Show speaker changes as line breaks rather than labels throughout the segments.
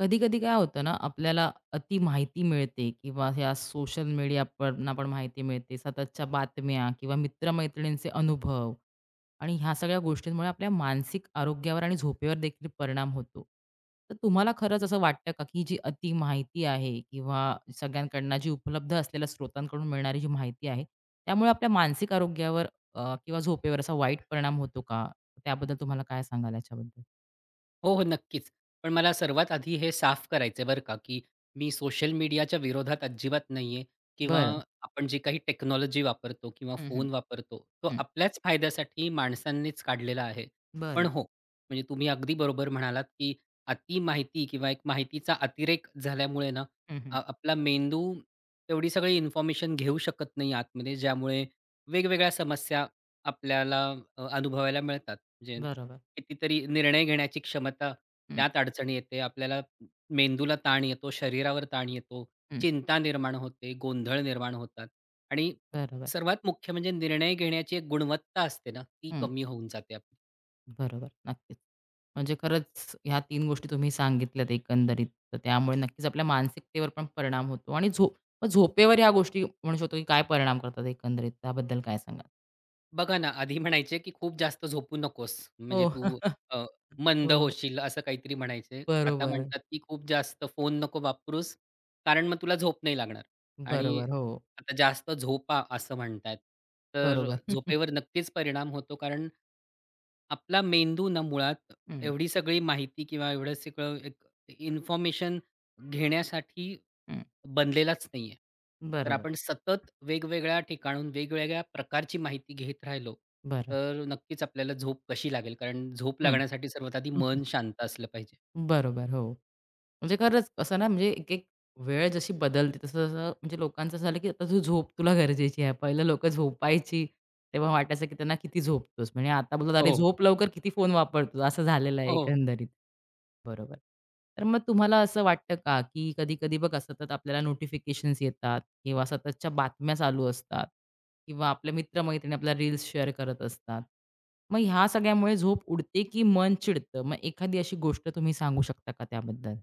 कधी-कधी काय होतं ना, आपल्याला अति माहिती मिळते किंवा ह्या सोशल मीडियावरून आपण माहिती मिळते, सततच्या बातम्या किंवा मित्रमैत्रिणींचे अनुभव आणि ह्या सगळ्या गोष्टींमुळे आपल्या मानसिक आरोग्यावर आणि झोपेवर देखील परिणाम होतो. तर तुम्हाला खरंच असं वाटतं का, की जी अति माहिती आहे किंवा सगळ्यांकडनं जी उपलब्ध असलेल्या स्रोतांकडून मिळणारी जी माहिती आहे, त्यामुळे आपल्या मानसिक आरोग्यावर किंवा झोपेवर असा वाईट परिणाम होतो का? त्याबद्दल तुम्हाला काय सांगाल याच्याबद्दल?
हो, हो, नक्कीच. पण मला सर्वात आधी हे साफ करायचंय बरं का, की मी सोशल मीडियाच्या विरोधात अजिबात नाहीये किंवा
बरं.
आपण जी काही टेक्नॉलॉजी वापरतो किंवा
हं, हं.
फोन वापरतो, तो
हं.
आपल्याच फायद्यासाठी माणसांनीच काढलेला आहे. पण
बरं.
हो, म्हणजे तुम्ही अगदी बरोबर म्हणालात, की अति माहिती किंवा एक माहितीचा अतिरेक झाल्यामुळे ना,
हं, हं.
आपला मेंदू तेवढी सगळी इन्फॉर्मेशन घेऊ शकत नाही आतमध्ये, ज्यामुळे वेगवेगळ्या समस्या आपल्याला अनुभवायला मिळतात. म्हणजे
बरोबर.
कितीतरी निर्णय घेण्याची क्षमता
हं,
त्यात अडचणी येते. आपल्याला मेंदूला ताण येतो, शरीरावर ताण येतो,
हं,
चिंता निर्माण होते, गोंधळ निर्माण होतात आणि
बरोबर.
सर्वात मुख्य म्हणजे निर्णय घेण्याची एक गुणवत्ता असते ना, ती
हं.
कमी होऊन जाते आपली.
बरोबर, नक्कीच. म्हणजे खरंच ह्या 3 गोष्टी तुम्ही सांगितल्यात एकंदरीत. तर त्यामुळे नक्कीच आपल्या मानसिकतेवर पण परिणाम होतो आणि झोप मग झोपेवर ह्या गोष्टी म्हणू शकतो की काय परिणाम करतात एकंदरीत त्याबद्दल काय सांगाल?
बघा ना, आधी म्हणायचे, की "खूप जास्त झोपू नकोस. म्हणजे
हो.
तू अ, मंद
हो.
होशील." असं काहीतरी म्हणायचे. आता
बरोबर,
म्हणतात, की "खूप जास्त फोन नको वापरूस, कारण मग तुला झोप नाही लागणार." आणि
बरोबर. हो,
आता "जास्त झोपा" असं म्हणतायत. तर
बरोबर.
झोपेवर नक्कीच परिणाम होतो कारण आपला मेंदू ना मुळात
हं,
एवढी सगळी माहिती किंवा एवढं सगळं एक इन्फॉर्मेशन घेण्यासाठी
हं.
बनलेलाच नाहीये. तर
बरोबर,
आपण सतत वेगवेगळ्या ठिकाणाहून वेगवेगळ्या प्रकारची माहिती घेत राहिलो,
बरं.
तर नक्कीच आपल्याला झोप कशी लागेल? कारण झोप
हं.
लागण्यासाठी सर्वात आधी मन शांत असलं पाहिजे.
बरोबर, हो. म्हणजे खरंच असं ना म्हणजे एक-एक वेळ जशी बदलते तसं-तसं म्हणजे लोकांचं असं झालं, की आता तू झोप तुला गरजेची आहे. पहिलं लोकं झोपायची, तेव्हा वाटायचं, की त्यांना किती झोपतोस? म्हणजे आता बोलतात, "अरे
हो,
झोप लवकर, किती फोन वापरतोस?" असं झालेलं आहे
हो.
एकंदरीत. बरोबर. तर मग तुम्हाला असं वाटतं का, की कधी-कधी बघा सतत आपल्याला नोटिफिकेशन्स येतात किंवा सततच्या बातम्या चालू असतात किंवा आपल्या मित्र-मैत्रिणी आपल्या रील्स शेअर करत असतात. मग ह्या सगळ्यामुळे झोप उडते, की मन चिडतं? मग एखादी अशी गोष्ट तुम्ही सांगू शकता का त्याबद्दल?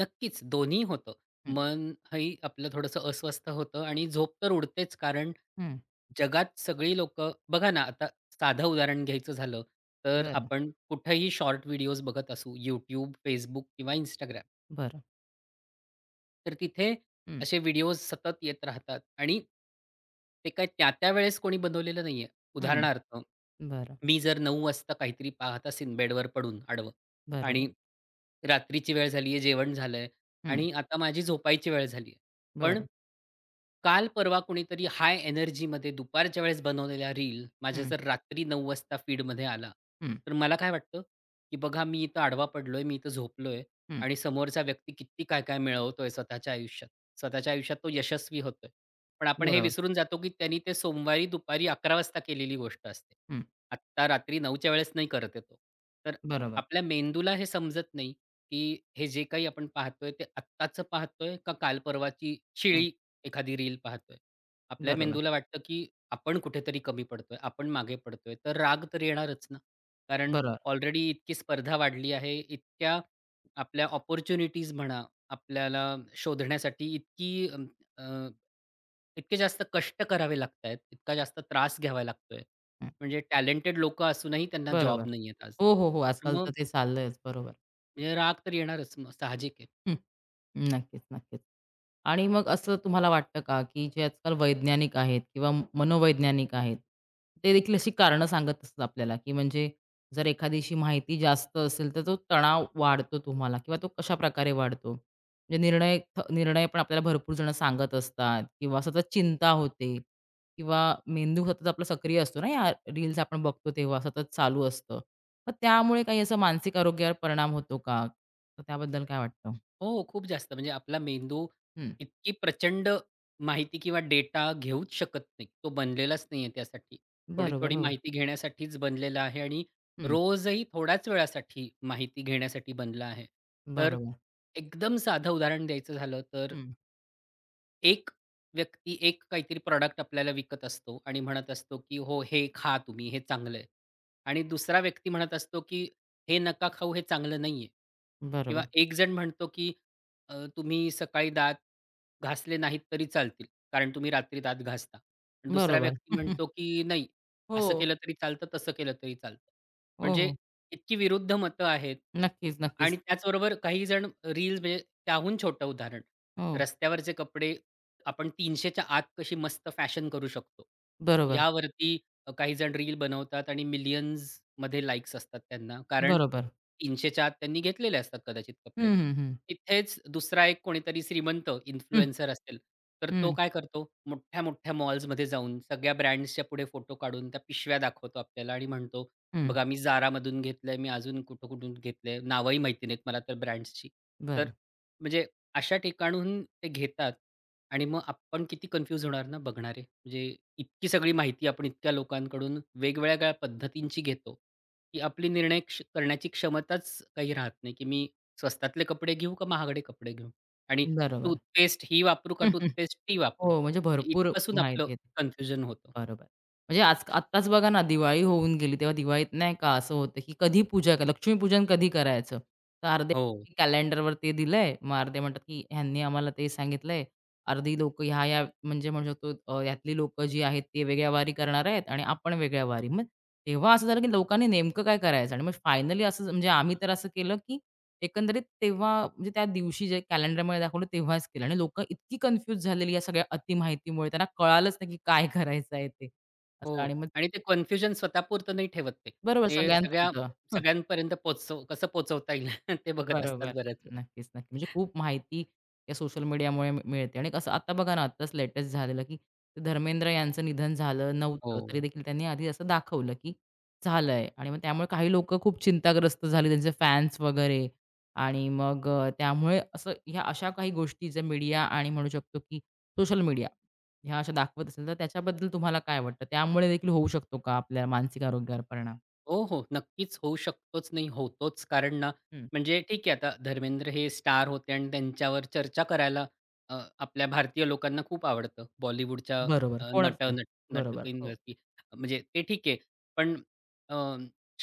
नक्कीच दोन्ही होतं. मन ही आपलं थोडंसं अस्वस्थ होतं आणि झोप तर उडतेच कारण
हं,
जगात सगळी लोकं बघा ना, आता साधं उदाहरण घ्यायचं झालं, तर
बरं,
आपण कुठेही शॉर्ट व्हिडिओज बघत असू YouTube, Facebook किंवा Instagram.
बरं.
तर तिथे
हं,
असे व्हिडिओज सतत येत राहतात आणि ते काय त्यावेळेस कोणी बनवलेलं नाहीये.
हं.
उदाहरणार्थ,
बरं,
मी जर 9 वाजता काहीतरी पाहत असेन बेडवर पडून आडवं
बरोबर.
आणि रात्रीची वेळ झाली आहे, जेवण झालंय
हं,
आणि आता माझी झोपायची वेळ झाली आहे. पण
बरं.
काल परवा कोणीतरी हाय एनर्जीमध्ये दुपारच्या वेळेस बनवलेला रील माझ्या
हं,
जर रात्री 9 वाजता फीडमध्ये आला,
हं,
तर मला काय वाटतं, की बघा मी इथं आडवा पडलोय, मी इथं झोपलोय
हं.
आणि समोरचा व्यक्ती किती काय काय मिळवतोय स्वतःच्या आयुष्यात. स्वतःच्या आयुष्यात तो यशस्वी होतोय. पण आपण हे
बरोबर.
विसरून जातो, की त्यांनी ते सोमवारी दुपारी 11:00 वाजता केलेली गोष्ट असते.
हं,
आत्ता रात्री 9च्या वेळेस नाही करत आहे तो. तर
बरोबर.
आपल्या मेंदूला हे समजत नाही, की हे जे काही आपण पाहतोय ते आत्ताचं पाहतोय का काल परवाची
हं,
शिळी एखादी रील पाहतोय. आपल्या
बरोबर,
मेंदूला वाटतं, की आपण कुठेतरी कमी पडतोय, आपण मागे पडतोय. तर राग तर येणारच ना. कारण
बरोबर.
ऑलरेडी इतकी स्पर्धा वाढली आहे. इतक्या आपल्या अपॉर्च्युनिटीज म्हणा, आपल्याला शोधण्यासाठी इतकी अ, अ, इतके जास्त कष्ट करावे लागतायत, इतका जास्त त्रास घ्यावा लागतोय.
हं,
म्हणजे टॅलेंटेड लोकं असूनही त्यांना
बरोबर.
जॉब नाहीयेत आज.
हो, हो, हो.
तर
आजकाल
मग
तर ते चाललंयच. बरोबर.
हे राग तर येणारच मग साहजिक आहे.
हं, नक्कीच, नक्कीच. आणि मग असं तुम्हाला वाटतं का, की जे आजकाल वैज्ञानिक आहेत किंवा मनोवैज्ञानिक आहेत, ते देखील अशी कारणं सांगत असतात आपल्याला, की म्हणजे जर एखादीशी माहिती जास्त असेल, तर तो तणाव वाढतो तुम्हाला किंवा तो कशाप्रकारे वाढतो? म्हणजे निर्णय पण आपल्याला भरपूर जण सांगत असतात किंवा सतत चिंता होते किंवा मेंदू सतत आपला सक्रिय असतो ना, या रील्स आपण बघतो तेव्हा सतत चालू असतं. मग त्यामुळे काही असं मानसिक आरोग्यावर परिणाम होतो का? तर त्याबद्दल काय वाटतं?
हो, हो. खूप जास्त. म्हणजे आपला मेंदू
हं,
इतकी प्रचंड माहिती किंवा डेटा घेऊच शकत नाही. तो बनलेलाच नाहीये त्यासाठी.
बरोबर.
थोडी-थोडी
हो.
माहिती घेण्यासाठीच बनलेला आहे आणि
हं.
रोजही थोड्याच वेळासाठी माहिती घेण्यासाठी बनला आहे. तर
बरोबर.
एकदम साधं उदाहरण द्यायचं झालं तर
हं.
एक व्यक्ती एक काहीतरी प्रॉडक्ट आपल्याला विकत असतो आणि म्हणत असतो, की "हो, हे खा तुम्ही, हे चांगलं आहे." आणि दुसरा व्यक्ती म्हणत असतो, की "हे नका खाऊ, हे चांगलं नाहीये." किंवा
बरोबर,
एक जण म्हणतो, की तुम्ही सकाळी दात घासले नाहीत तरी चालतील, कारण तुम्ही रात्री दात घासता." आणि दुसरा
बरोबर.
व्यक्ती म्हणतो, की "नाही,
हो.
असं केलं तरी चालतं, तसं केलं तरी चालतं."
हो,
म्हणजे
हो.
इतकी विरुद्ध मतं आहेत
नक्कीच, नक्कीच.
आणि त्याचबरोबर काही जण रील्स म्हणजे त्याहून छोटं उदाहरण,
हो,
रस्त्यावरचे कपडे आपण 300 च्या आत कशी मस्त फॅशन करू शकतो.
बरोबर,
यावरती काही जण रील बनवतात आणि मिलियन्समध्ये लाइक्स असतात त्यांना. कारण
बरोबर.
300 च्या आत त्यांनी घेतलेले असतात कदाचित
हं,
कपडे.
हं, हं.
तिथेच दुसरा एक कोणीतरी श्रीमंत
हं,
इन्फ्लुएन्सर असेल, तर तो
हं,
काय करतो, मोठ्या-मोठ्या मॉल्समध्ये जाऊन सगळ्या ब्रँड्सच्या पुढे फोटो काढून त्या पिशव्या दाखवतो आपल्याला आणि म्हणतो,
हं.
"बघा मी Zaraमधून घेतलंय, मी अजून कुठून-कुठून घेतलंय." नावही माहिती नाहीत मला तर ब्रँड्सची. तर
बरं,
म्हणजे अशा ठिकाणाहून ते घेतात आणि मग आपण किती कन्फ्यूज होणार ना बघणारे. म्हणजे इतकी सगळी माहिती आपण इतक्या लोकांकडून वेगवेगळ्या पद्धतींची घेतो, की आपली निर्णय करण्याची क्षमताच काही राहत नाही, की मी स्वस्तातले कपडे घेऊ का महागडे कपडे घेऊ? आणि
बरोबर.
टूथपेस्ट ही वापरू का
हं, हं.
टूथपेस्ट ती वापरू?
हो, म्हणजे भरपूर
इथपासून आपलं
माहिती आहे.
कन्फ्युजन होतं.
बरोबर. म्हणजे आज आत्ताच बघा ना, दिवाळी होऊन गेली, तेव्हा दिवाळीत नाही का असं होतं, की कधी पूजा कर, लक्ष्मीपूजन कधी करायचं? तर अर्धे
हो,
कॅलेंडरवर ते दिलंय, मग अर्धे म्हणतात, की ह्यांनी आम्हाला ते सांगितलंय. अर्धी लोकं ह्या या म्हणजे म्हणू शकतो यातली लोकं जी आहेत ते वेगळ्या वारी करणार आहेत आणि आपण वेगळ्या वारी. मग तेव्हा असं झालं, की लोकांनी नेमकं काय करायचं? आणि मग फायनली असं म्हणजे आम्ही तर असं केलं, की एकंदरीत तेव्हा म्हणजे त्या दिवशी जे कॅलेंडरमध्ये दाखवलं तेव्हाच केलं आणि लोकं इतकी कन्फ्यूज झालेली या सगळ्या अतिमाहितीमुळे त्यांना कळालंच नाही की काय करायचं आहे ते
हो.
असं आणि मग
आणि ते कन्फ्युजन स्वतःपुरतं नाही ठेवत ते.
बरोबर
ते
सगळ्यांचं
सगळ्या
होतं.
सगळ्यांपर्यंत पोहोचव कसं पोहोचवता येईल ते बघत
बरोबर.
असतात बऱ्याच वेळा.
नक्कीच, नक्की. म्हणजे खूप माहिती या सोशल मीडियामुळे मिळते आणि कसं आता बघा ना, आत्ताच लेटेस्ट झालेलं, की ते धर्मेंद्र यांचं निधन झालं नव्हतं, तरी
हो.
देखील त्यांनी आधी असं दाखवलं, की झालंय आणि मग त्यामुळे काही लोकं खूप चिंताग्रस्त झाले, त्यांचे फॅन्स वगैरे आणि मग त्यामुळे असं ह्या अशा काही गोष्टी ज्या मीडिया आणि म्हणू शकतो, की सोशल मीडिया ह्या अशा दाखवत असेल, तर त्याच्याबद्दल तुम्हाला काय वाटतं? त्यामुळे देखील होऊ शकतो का आपल्या मानसिक आरोग्यावर परिणाम?
हो, हो. नक्कीच होऊ शकतोच नाही, होतोच. कारण ना,
हं,
म्हणजे ठीक आहे, आता धर्मेंद्र हे स्टार होते आणि त्यांच्यावर चर्चा करायला आपल्या भारतीय लोकांना खूप आवडतं. बॉलिवूडच्या
बरोबर.
अ, नट
कोणाचं?
नट
बरोबर. हो.
नटकींवरती. म्हणजे ते ठीक आहे. पण अ,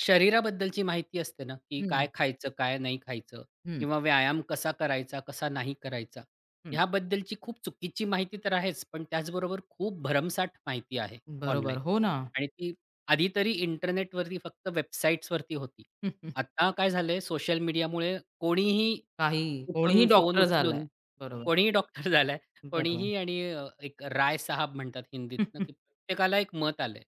शरीराबद्दलची माहिती असते ना, की
हं,
काय खायचं, काय नाही खायचं
हं.
किंवा व्यायाम कसा करायचा, कसा नाही करायचा.
हं,
ह्याबद्दलची खूप चुकीची माहिती तर आहेच, पण त्याचबरोबर खूप भरमसाठ माहिती आहे
बरोबर.
ऑनलाईन
हो ना.
आणि ती आधी तरी इंटरनेटवरती फक्त वेबसाईट्सवरती होती. आता काय झालंय सोशल मीडियामुळे कोणीही
काही कोणीही
कुठून फोन
डॉक्टर झालाय.
उचलून
बरोबर,
कोणीही डॉक्टर झालाय,
बरोबर.
कोणीही आणि एक राय साहब म्हणतात हिंदीतनं, की प्रत्येकाला एक मत आलंय.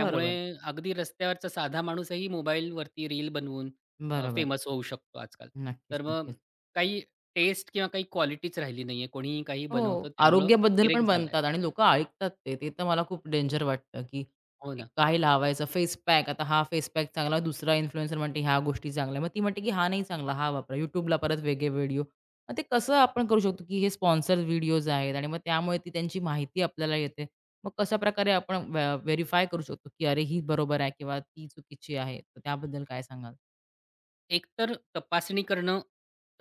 बरोबर,
अगदी रस्त्यावरचा साधा माणूसही मोबाईलवरती रील बनवून
बरोबर.
फेमस होऊ शकतो आजकाल.
नक्कीच,
तर मग
नक्कीच.
काही टेस्ट किंवा काही क्वालिटीच राहिली नाहीये. कोणीही काही
हो.
बनवतं त्यामुळं
आरोग्याबद्दल
अतिरेक
पण
झालाय.
बनतात आणि लोकं ऐकतात ते. ते तर मला खूप डेंजर वाटतं, की
हो
एक
ना.
काय लावायचं फेस पॅक. आता हा फेस पॅक चांगला, दुसरा इन्फ्लुएन्सर म्हणते ह्या गोष्टी चांगल्या. मग ती म्हणते, की हा नाही चांगला, हा वापरा. YouTubeला परत वेगळे व्हिडिओ. मग ते कसं आपण करू शकतो, की हे स्पॉन्सर्ड व्हिडिओज आहेत आणि मग त्यामुळे ती त्यांची माहिती आपल्याला येते. मग कशाप्रकारे आपण करू शकतो, की अरे ही बरोबर आहे किंवा ती चुकीची आहे. तर त्याबद्दल काय सांगाल?
एकतर तपासणी करणं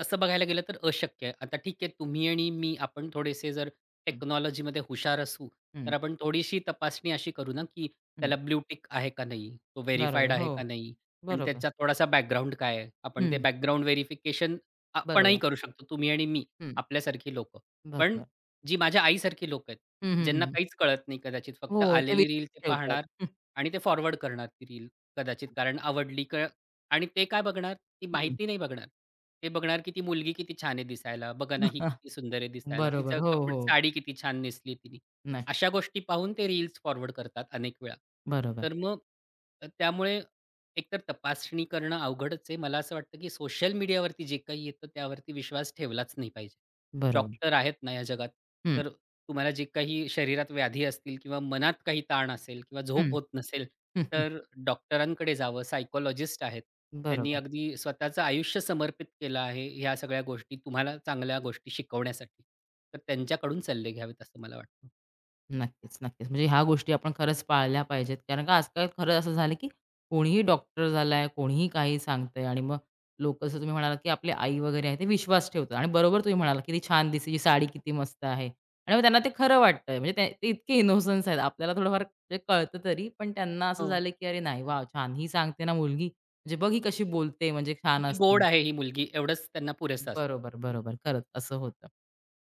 तसं बघायला गेलं तर अशक्य आहे. आता ठीक आहे तुम्ही आणि मी आपण थोडेसे जर
हं,
टेक्नॉलॉजीमध्ये हुशार असू,
हं,
तर आपण थोडीशी तपासणी अशी करू ना, की
हं.
त्याला ब्लू आहे का नाही? तो व्हेरिफाईड
बरोबर.
आहे
हो,
का नाही? आणि
बरोबर.
त्याचा थोडासा बॅकग्राऊंड काय आहे? आपण ते
हं,
बॅकग्राऊंड व्हेरिफिकेशन आपणही
बरोबर.
करू शकतो, तुम्ही आणि मी,
हं,
आपल्यासारखी लोकं. पण
बरोबर.
जी माझ्या आईसारखी लोकं आहेत,
हं, हं,
ज्यांना
हं.
काहीच कळत नाही कदाचित, फक्त
हो, ते
आलेली रील ते
विश्वास ठेवतात.
पाहणार
हं,
आणि ते फॉरवर्ड करणार ती रील कदाचित कारण आवडली आणि ते काय बघणार? ती
हं.
माहिती नाही बघणार. ते बघणार की ती मुलगी किती छान आहे दिसायला. बघा ना, ही किती सुंदर आहे दिसायला.
बरोबर.
तिचं
हो,
कपड
हो.
साडी किती छान नेसली तिने.
नाही.
अशा गोष्टी पाहून ते रील्स फॉरवर्ड करतात अनेक वेळा.
बरोबर,
तर मग त्यामुळे एकतर तपासणी करणं अवघडच आहे. मला असं वाटतं की सोशल मीडियावरती जे काही येतं त्यावरती विश्वास ठेवलाच नाही पाहिजे.
बरोबर.
डॉक्टर आहेत ना या जगात.
हं,
तर तुम्हाला जे काही शरीरात व्याधी असतील किंवा मनात काही ताण असेल किंवा
हं,
झोप होत नसेल,
हं, हं.
तर डॉक्टरांकडे जावं. सायकॉलॉजिस्ट आहेत. त्यांनी
बरोबर.
अगदी स्वतःचं आयुष्य समर्पित केलं आहे ह्या सगळ्या गोष्टी तुम्हाला चांगल्या गोष्टी शिकवण्यासाठी. तर त्यांच्याकडून सल्ले घ्यावेत असं मला वाटतं.
नक्कीच, नक्कीच. म्हणजे ह्या गोष्टी आपण खरंच पाळल्या पाहिजेत. कारण का आजकाल खरं असं झालं, की कोणीही डॉक्टर झालाय, कोणीही काही सांगतंय आणि मग लोकं जसं तुम्ही म्हणालात, की आपली आई वगैरे आहे ते विश्वास ठेवतात आणि बरोबर तुम्ही म्हणालात, "किती छान दिसते, ही साडी किती मस्त आहे." आणि मग त्यांना ते खरं वाटतंय. म्हणजे ते ते इतके इनोसन्स आहेत. आपल्याला थोडंफार म्हणजे कळतं तरी, पण त्यांना असं
हो.
झालं, की "अरे नाही, वॉव! छान ही सांगते ना मुलगी, म्हणजे बघ ही कशी बोलते, म्हणजे छान
किती गोड
असणार."
आहे ही मुलगी एवढंच त्यांना पुरेसं असतं.
बरोबर, बरोबर. खरंच असं होतं.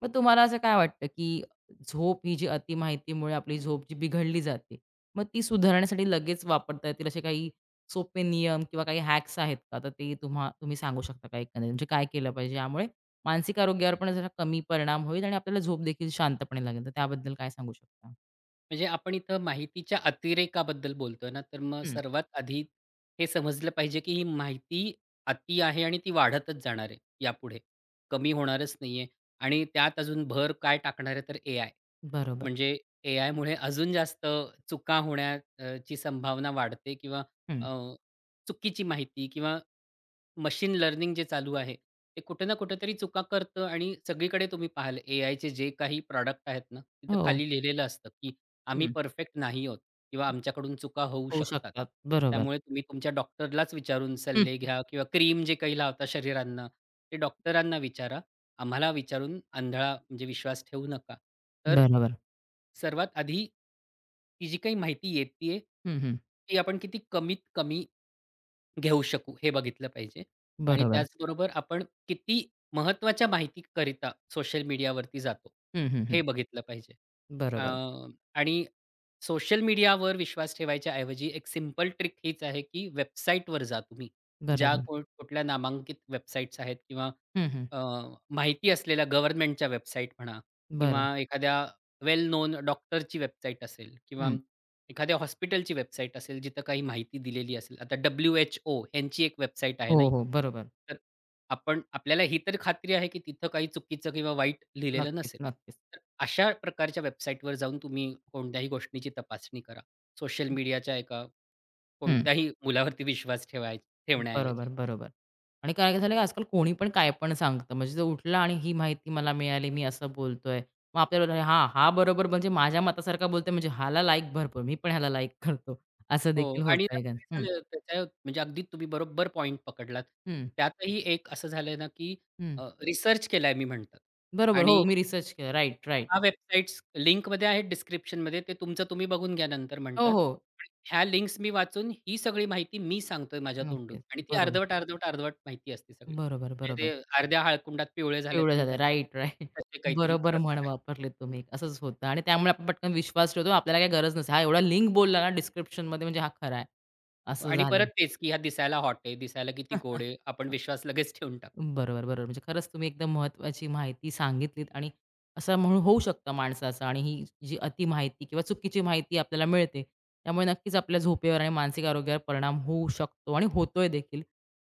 मग तुम्हाला असं काय वाटतं, की झोप ही जी अतिमाहितीमुळे आपली झोप जी बिघडली जाते, मग ती सुधारण्यासाठी लगेच वापरता येतील असे काही सोपे नियम किंवा काही हॅक्स आहेत का? तर ते तुम्ही सांगू शकता का एकंदरीत? म्हणजे काय केलं पाहिजे यामुळे मानसिक आरोग्यावर पण जरा कमी परिणाम होईल आणि आपल्याला झोप देखील शांतपणे लागेल. तर त्याबद्दल काय सांगू शकता?
म्हणजे आपण इथं माहितीच्या अतिरेकाबद्दल बोलतोय ना, तर मग
हं,
सर्वात आधी हे समजलं पाहिजे, की ही माहिती अति आहे आणि ती वाढतच जाणार आहे यापुढे. कमी होणारच नाही आहे आणि त्यात अजून भर काय टाकणार आहे, तर एआय.
बरोबर.
म्हणजे एआयमुळे अजून जास्त चुका होण्या ची संभावना वाढते किंवा
हं.
अ, चुकीची माहिती किंवा मशीन लर्निंग जे चालू आहे, ते कुठे ना कुठेतरी चुका करतं आणि सगळीकडे तुम्ही पाहाल एआयचे जे काही प्रॉडक्ट आहेत ना, तिथं
हो.
खाली लिहिलेलं असतं, आम्ही
हं.
परफेक्ट नाही आहोत किंवा आमच्याकडून चुका होऊ
होऊ
शकतात.
शकतात. बरोबर.
त्यामुळे तुम्ही तुमच्या डॉक्टरलाच विचारून
हं.
सल्ले घ्या किंवा क्रीम जे काही लावता शरीरांना, ते डॉक्टरांना विचारा. आम्हाला विचारून आंधळा म्हणजे विश्वास ठेवू नका. तर
बरोबर.
सर्वात आधी, ती जी काही माहिती येतीये,
हं, हं.
ती आपण किती कमीत कमी घेऊ शकू, हे बघितलं पाहिजे. आणि
बरोबर.
त्याचबरोबर आपण किती महत्त्वाच्या माहितीकरिता सोशल मीडियावरती जातो,
हं, हं, हं.
हे बघितलं पाहिजे. अ,
बरोबर.
आणि सोशल मीडियावर विश्वास ठेवायच्या ऐवजी एक सिंपल ट्रिक हीच आहे, की वेबसाईटवर जा तुम्ही. ज्या
बरोबर.
कोण कुठल्या नामांकित वेबसाईट्स आहेत किंवा
हं, हं.
अ, माहिती असलेल्या गव्हर्नमेंटच्या वेबसाईट म्हणा किंवा
बरं.
एखाद्या वेल नोन डॉक्टरची वेबसाईट असेल किंवा
हं.
एखाद्या हॉस्पिटलची वेबसाईट असेल जिथं काही माहिती दिलेली असेल. आता WHO ह्यांची एक वेबसाईट आहे
हो,
नाही का?
हो. बरोबर.
तर आपण आपल्याला ही तर खात्री आहे की तिथं काही चुकीचं किंवा वाईट लिहिलेलं
नक्कीच,
नसेल.
नक्कीच.
तर अशा प्रकारच्या वेबसाईटवर जाऊन तुम्ही कोणत्याही गोष्टीची तपासणी करा. सोशल मीडियाच्या एका
हं.
कोणत्याही मुलावरती विश्वास ठेवण्याऐवजी.
बरोबर, बरोबर. आणि काय झालं आजकाल कोणी पण काय पण सांगतं. म्हणजे तो उठला आणि ही माहिती मला मिळाली, मी असं बोलतोय. मग आपल्याला हां, हा बरोबर म्हणजे माझ्या मतासारखा बोलतोय म्हणजे ह्याला लाईक भरपूर, मी पण ह्याला लाईक करतो. असं
हो.
देखील
आणि
होतं
ना
आहे.
काय
हं,
झालं त्याच्या म्हणजे अगदी तुम्ही बरोबर पॉइंट पकडलात.
हं,
त्यातही एक असं झालं ना, की
हं.
रिसर्च केलाय मी म्हणतात
बरोबर. हो,
आणि
मी रिसर्च केलं. Right, right.
10 वेबसाईट्स लिंकमध्ये आहेत डिस्क्रिप्शनमध्ये. ते तुमचं तुम्ही बघून घ्या नंतर
हो,
म्हणतात.
हो.
पण ह्या लिंक्स मी वाचून ही सगळी माहिती मी सांगतोय माझ्या तोंडून
नक्कीच.
आणि ती
बरोबर,
अर्धवट, अर्धवट, अर्धवट माहिती असते सगळी.
बरोबर,
म्हणजे ते
बरोबर.
अर्ध्या हळकुंडात पिवळे झालेत
पिवळं झालं.
म्हणतात.
Right, right.
तसे काहीतरी
बरोबर
प्रकार
म्हण
आहेत.
वापरलीत तुम्ही. असंच होतं आणि त्यामुळे आपण पटकन विश्वास ठेवतो. आपल्याला काही गरज नसते. हा एवढा लिंक बोलला ना डिस्क्रिप्शनमध्ये म्हणजे हा खरा आहे. असं
आणि
झालंय.
परत तेच, की ह्या दिसायला हॉट आहे, दिसायला किती गोड आहे. आपण विश्वास लगेच ठेवून टाकतो.
बरोबर, बरोबर. म्हणजे खरंच तुम्ही एकदम महत्त्वाची माहिती सांगितलीत आणि असं म्हणून होऊ शकतं माणसाचं आणि ही जी अतिमाहिती किंवा चुकीची माहिती आपल्याला मिळते, त्यामुळे नक्कीच आपल्या झोपेवर आणि मानसिक आरोग्यावर परिणाम होऊ शकतो आणि होतोय देखील.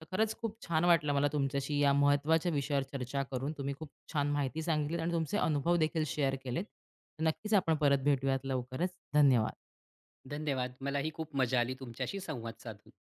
तर खरंच खूप छान वाटलं मला तुमच्याशी या महत्त्वाच्या विषयावर चर्चा करून. तुम्ही खूप छान माहिती सांगितलीत आणि तुमचे अनुभव देखील शेअर केलेत. तर नक्कीच आपण परत भेटूयात लवकरच. धन्यवाद.
धन्यवाद. मलाही खूप मजा आली तुमच्याशी संवाद साधून.